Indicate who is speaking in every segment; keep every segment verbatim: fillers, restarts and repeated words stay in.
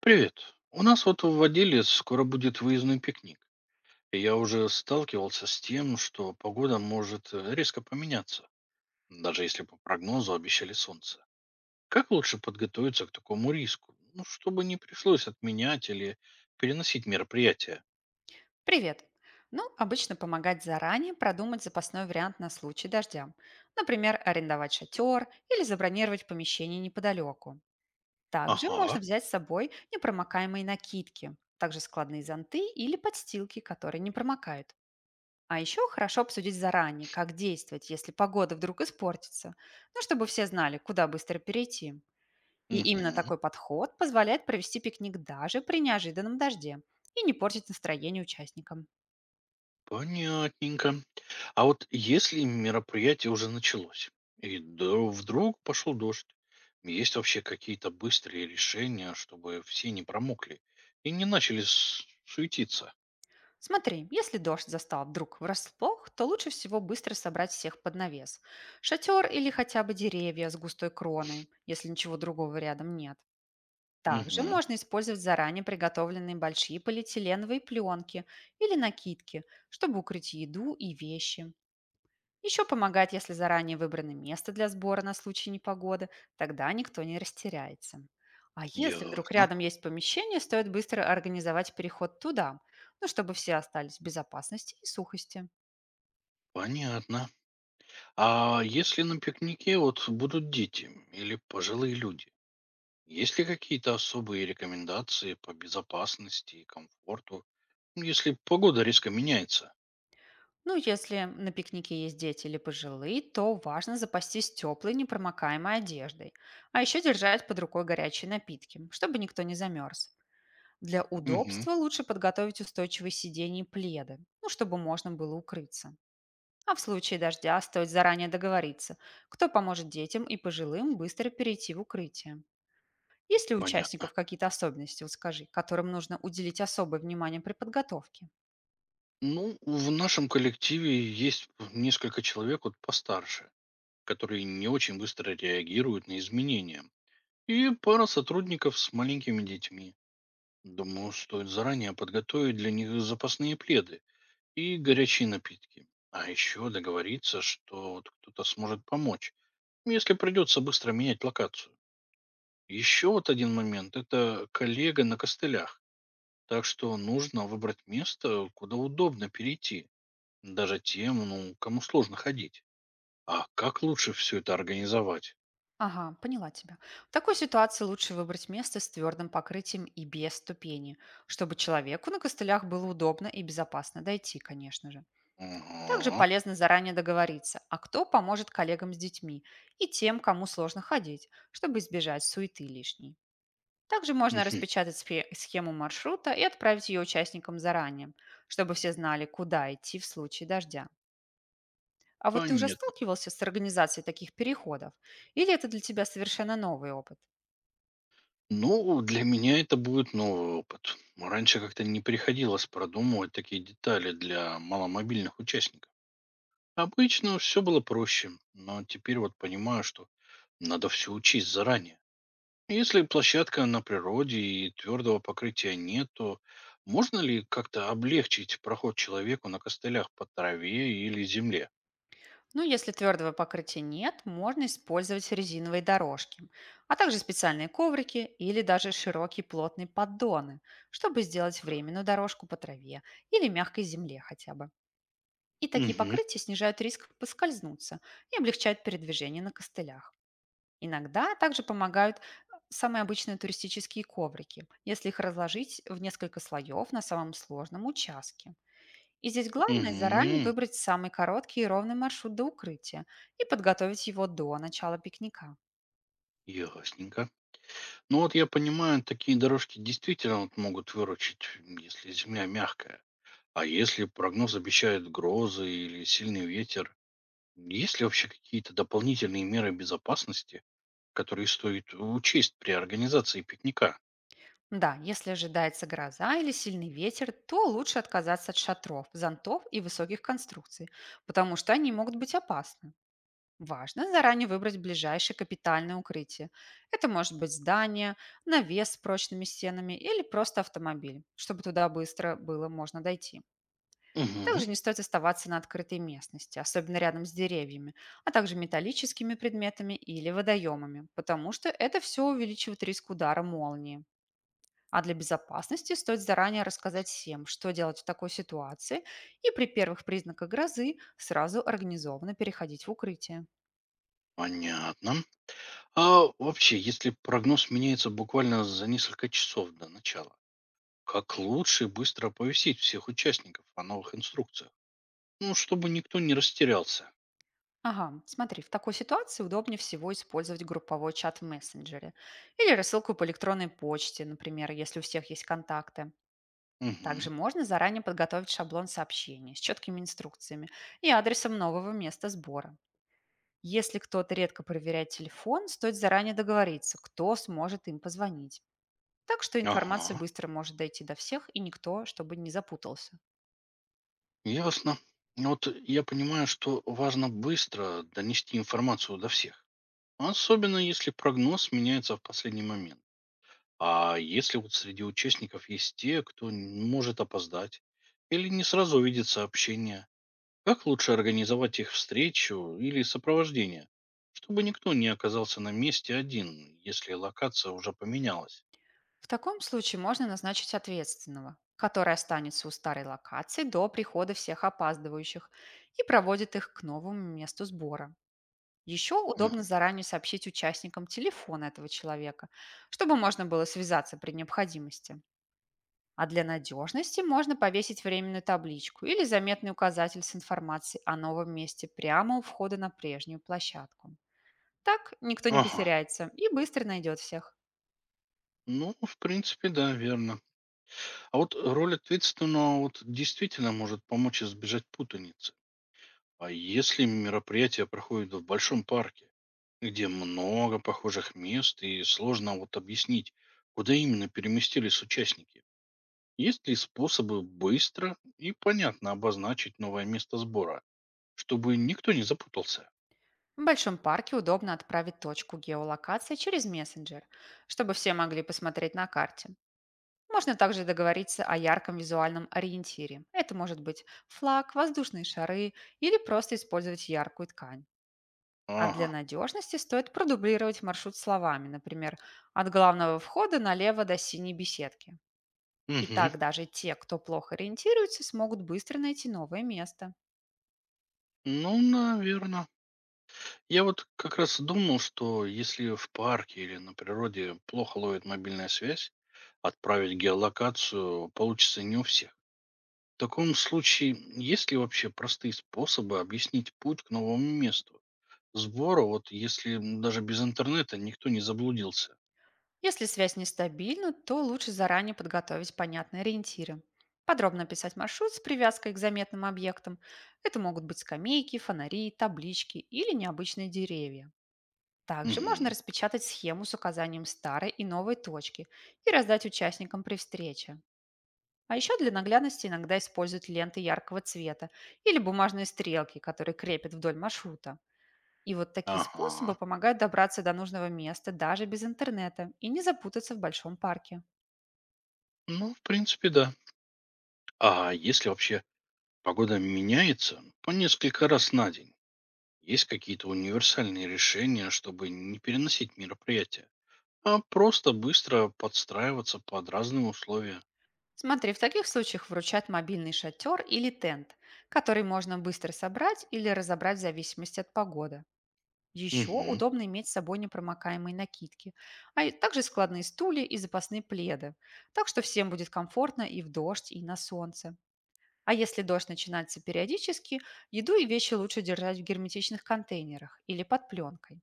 Speaker 1: Привет. У нас вот в Водиле скоро будет выездной пикник. И я уже сталкивался с тем, что погода может э, резко поменяться, даже если по прогнозу обещали солнце. Как лучше подготовиться к такому риску? Ну, чтобы не пришлось отменять или переносить мероприятие.
Speaker 2: Привет! Ну, обычно помогать заранее продумать запасной вариант на случай дождя. Например, арендовать шатер или забронировать помещение неподалеку. Также можно
Speaker 1: Ага.
Speaker 2: взять с собой непромокаемые накидки, также складные зонты или подстилки, которые не промокают. А еще хорошо обсудить заранее, как действовать, если погода вдруг испортится, ну, чтобы все знали, куда быстро перейти. И именно
Speaker 1: Мгм.
Speaker 2: такой подход позволяет провести пикник даже при неожиданном дожде и не портить настроение участникам.
Speaker 1: Понятненько. А вот если мероприятие уже началось, и дро- вдруг пошел дождь, есть вообще какие-то быстрые решения, чтобы все не промокли и не начали с- суетиться?
Speaker 2: Смотри, если дождь застал вдруг врасплох, то лучше всего быстро собрать всех под навес. Шатер или хотя бы деревья с густой кроной, если ничего другого рядом нет. Также
Speaker 1: Угу,
Speaker 2: можно использовать заранее приготовленные большие полиэтиленовые пленки или накидки, чтобы укрыть еду и вещи. Еще помогает, если заранее выбрано место для сбора на случай непогоды, тогда никто не растеряется. А если вдруг
Speaker 1: ясно,
Speaker 2: рядом есть помещение, стоит быстро организовать переход туда, ну, чтобы все остались в безопасности и сухости.
Speaker 1: понятно. А если на пикнике вот будут дети или пожилые люди, есть ли какие-то особые рекомендации по безопасности и комфорту, если погода резко меняется?
Speaker 2: Ну, если на пикнике есть дети или пожилые, то важно запастись теплой, непромокаемой одеждой, а еще держать под рукой горячие напитки, чтобы никто не замерз. Для
Speaker 1: Угу,
Speaker 2: удобства лучше подготовить устойчивые сиденья и пледы, ну, чтобы можно было укрыться. А в случае дождя стоит заранее договориться, кто поможет детям и пожилым быстро перейти в укрытие. Есть ли у
Speaker 1: понятно.
Speaker 2: участников какие-то особенности, вот скажи, которым нужно уделить особое внимание при подготовке?
Speaker 1: Ну, в нашем коллективе есть несколько человек вот постарше, которые не очень быстро реагируют на изменения. И пара сотрудников с маленькими детьми. Думаю, стоит заранее подготовить для них запасные пледы и горячие напитки. А еще договориться, что вот кто-то сможет помочь, если придется быстро менять локацию. Еще вот один момент– это коллега на костылях. Так что нужно выбрать место, куда удобно перейти даже тем, ну, кому сложно ходить. А как лучше все это организовать?
Speaker 2: Ага, поняла тебя. В такой ситуации лучше выбрать место с твердым покрытием и без ступени, чтобы человеку на костылях было удобно и безопасно дойти, конечно же. Также
Speaker 1: Ага.
Speaker 2: полезно заранее договориться, а кто поможет коллегам с детьми и тем, кому сложно ходить, чтобы избежать суеты лишней. Также можно
Speaker 1: Мгм.
Speaker 2: распечатать спе- схему маршрута и отправить ее участникам заранее, чтобы все знали, куда идти в случае дождя. А вот ты уже
Speaker 1: Понятно.
Speaker 2: сталкивался с организацией таких переходов? Или это для тебя совершенно новый опыт?
Speaker 1: Ну, для меня это будет новый опыт. Раньше как-то не приходилось продумывать такие детали для маломобильных участников. Обычно все было проще, но теперь вот понимаю, что надо все учесть заранее. Если площадка на природе и твердого покрытия нет, то можно ли как-то облегчить проход человеку на костылях по траве или земле?
Speaker 2: Ну, если твердого покрытия нет, можно использовать резиновые дорожки, а также специальные коврики или даже широкие плотные поддоны, чтобы сделать временную дорожку по траве или мягкой земле хотя бы. И такие
Speaker 1: Мгм.
Speaker 2: покрытия снижают риск поскользнуться и облегчают передвижение на костылях. Иногда также помогают э, самые обычные туристические коврики, если их разложить в несколько слоев на самом сложном участке. И здесь главное заранее
Speaker 1: Мгм.
Speaker 2: выбрать самый короткий и ровный маршрут до укрытия и подготовить его до начала пикника.
Speaker 1: Ясненько. Ну вот я понимаю, такие дорожки действительно вот могут выручить, м, если земля мягкая. А если прогноз обещает грозы или сильный ветер, есть ли вообще какие-то дополнительные меры безопасности, которые стоит учесть при организации пикника?
Speaker 2: Да, если ожидается гроза или сильный ветер, то лучше отказаться от шатров, зонтов и высоких конструкций, потому что они могут быть опасны. Важно заранее выбрать ближайшее капитальное укрытие. Это может быть здание, навес с прочными стенами или просто автомобиль, чтобы туда быстро было можно дойти.
Speaker 1: Мгм.
Speaker 2: Также не стоит оставаться на открытой местности, особенно рядом с деревьями, а также металлическими предметами или водоемами, потому что это все увеличивает риск удара молнии. А для безопасности стоит заранее рассказать всем, что делать в такой ситуации, и при первых признаках грозы сразу организованно переходить в укрытие.
Speaker 1: Понятно. А вообще, если прогноз меняется буквально за несколько часов до начала, как лучше быстро оповестить всех участников о новых инструкциях? Ну, чтобы никто не растерялся.
Speaker 2: Ага, смотри, в такой ситуации удобнее всего использовать групповой чат в мессенджере или рассылку по электронной почте, например, если у всех есть контакты.
Speaker 1: Мгм.
Speaker 2: Также можно заранее подготовить шаблон сообщений с четкими инструкциями и адресом нового места сбора. Если кто-то редко проверяет телефон, стоит заранее договориться, кто сможет им позвонить. Так что информация
Speaker 1: Ага.
Speaker 2: быстро может дойти до всех, и никто, чтобы не запутался.
Speaker 1: Ясно. Ну вот я понимаю, что важно быстро донести информацию до всех. Особенно если прогноз меняется в последний момент. А если вот среди участников есть те, кто н- может опоздать или не сразу увидит сообщение, как лучше организовать их встречу или сопровождение, чтобы никто не оказался на месте один, если локация уже поменялась?
Speaker 2: В таком случае можно назначить ответственного, который останется у старой локации до прихода всех опаздывающих и проводит их к новому месту сбора. Еще удобно
Speaker 1: Мгм.
Speaker 2: заранее сообщить участникам телефон этого человека, чтобы можно было связаться при необходимости. А для надежности можно повесить временную табличку или заметный указатель с информацией о новом месте прямо у входа на прежнюю площадку. Так никто не
Speaker 1: Ага.
Speaker 2: потеряется и быстро найдет всех.
Speaker 1: Ну, в принципе, да, верно. А вот роль ответственного вот действительно может помочь избежать путаницы. А если мероприятие проходит в большом парке, где много похожих мест и сложно вот объяснить, куда именно переместились участники, есть ли способы быстро и понятно обозначить новое место сбора, чтобы никто не запутался?
Speaker 2: В большом парке удобно отправить точку геолокации через мессенджер, чтобы все могли посмотреть на карте. Можно также договориться о ярком визуальном ориентире. Это может быть флаг, воздушные шары или просто использовать яркую ткань. А для
Speaker 1: Ага.
Speaker 2: надежности стоит продублировать маршрут словами, например, от главного входа налево до синей беседки. И
Speaker 1: Угу.
Speaker 2: так даже те, кто плохо ориентируется, смогут быстро найти новое место.
Speaker 1: Ну, наверное. Я вот как раз думал, что если в парке или на природе плохо ловит мобильная связь, отправить геолокацию получится не у всех. В таком случае, есть ли вообще простые способы объяснить путь к новому месту сбора? Вот если м, даже без интернета никто не заблудился.
Speaker 2: Если связь нестабильна, то лучше заранее подготовить понятные ориентиры. Подробно описать маршрут с привязкой к заметным объектам. Это могут быть скамейки, фонари, таблички или необычные деревья. Также можно
Speaker 1: Мгм.
Speaker 2: распечатать схему с указанием старой и новой точки и раздать участникам при встрече. А еще для наглядности иногда используют ленты яркого цвета или бумажные стрелки, которые крепят вдоль маршрута. И вот такие способы
Speaker 1: Ага.
Speaker 2: помогают добраться до нужного места даже без интернета и не запутаться в большом парке.
Speaker 1: Ну, в принципе, да. А если вообще погода меняется по несколько раз на день, есть какие-то универсальные решения, чтобы не переносить мероприятия? А просто быстро подстраиваться под разные условия.
Speaker 2: Смотри, в таких случаях вручат мобильный шатер или тент, который можно быстро собрать или разобрать в зависимости от погоды. Еще
Speaker 1: Мгм.
Speaker 2: удобно иметь с собой непромокаемые накидки, а и также складные стулья и запасные пледы. Так что всем будет комфортно и в дождь, и на солнце. А если дождь начинается периодически, еду и вещи лучше держать в герметичных контейнерах или под пленкой.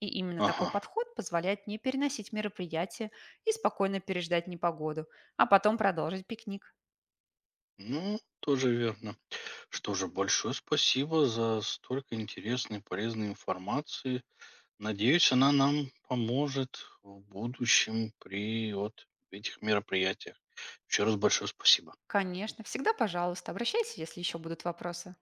Speaker 2: И именно такой
Speaker 1: Ага.
Speaker 2: подход позволяет не переносить мероприятие и спокойно переждать непогоду, а потом продолжить пикник.
Speaker 1: Ну, тоже верно. Что же, большое спасибо за столько интересной и полезной информации. Надеюсь, она нам поможет в будущем при вот этих мероприятиях. Еще раз большое спасибо.
Speaker 2: Конечно, всегда пожалуйста. Обращайся, если еще будут вопросы.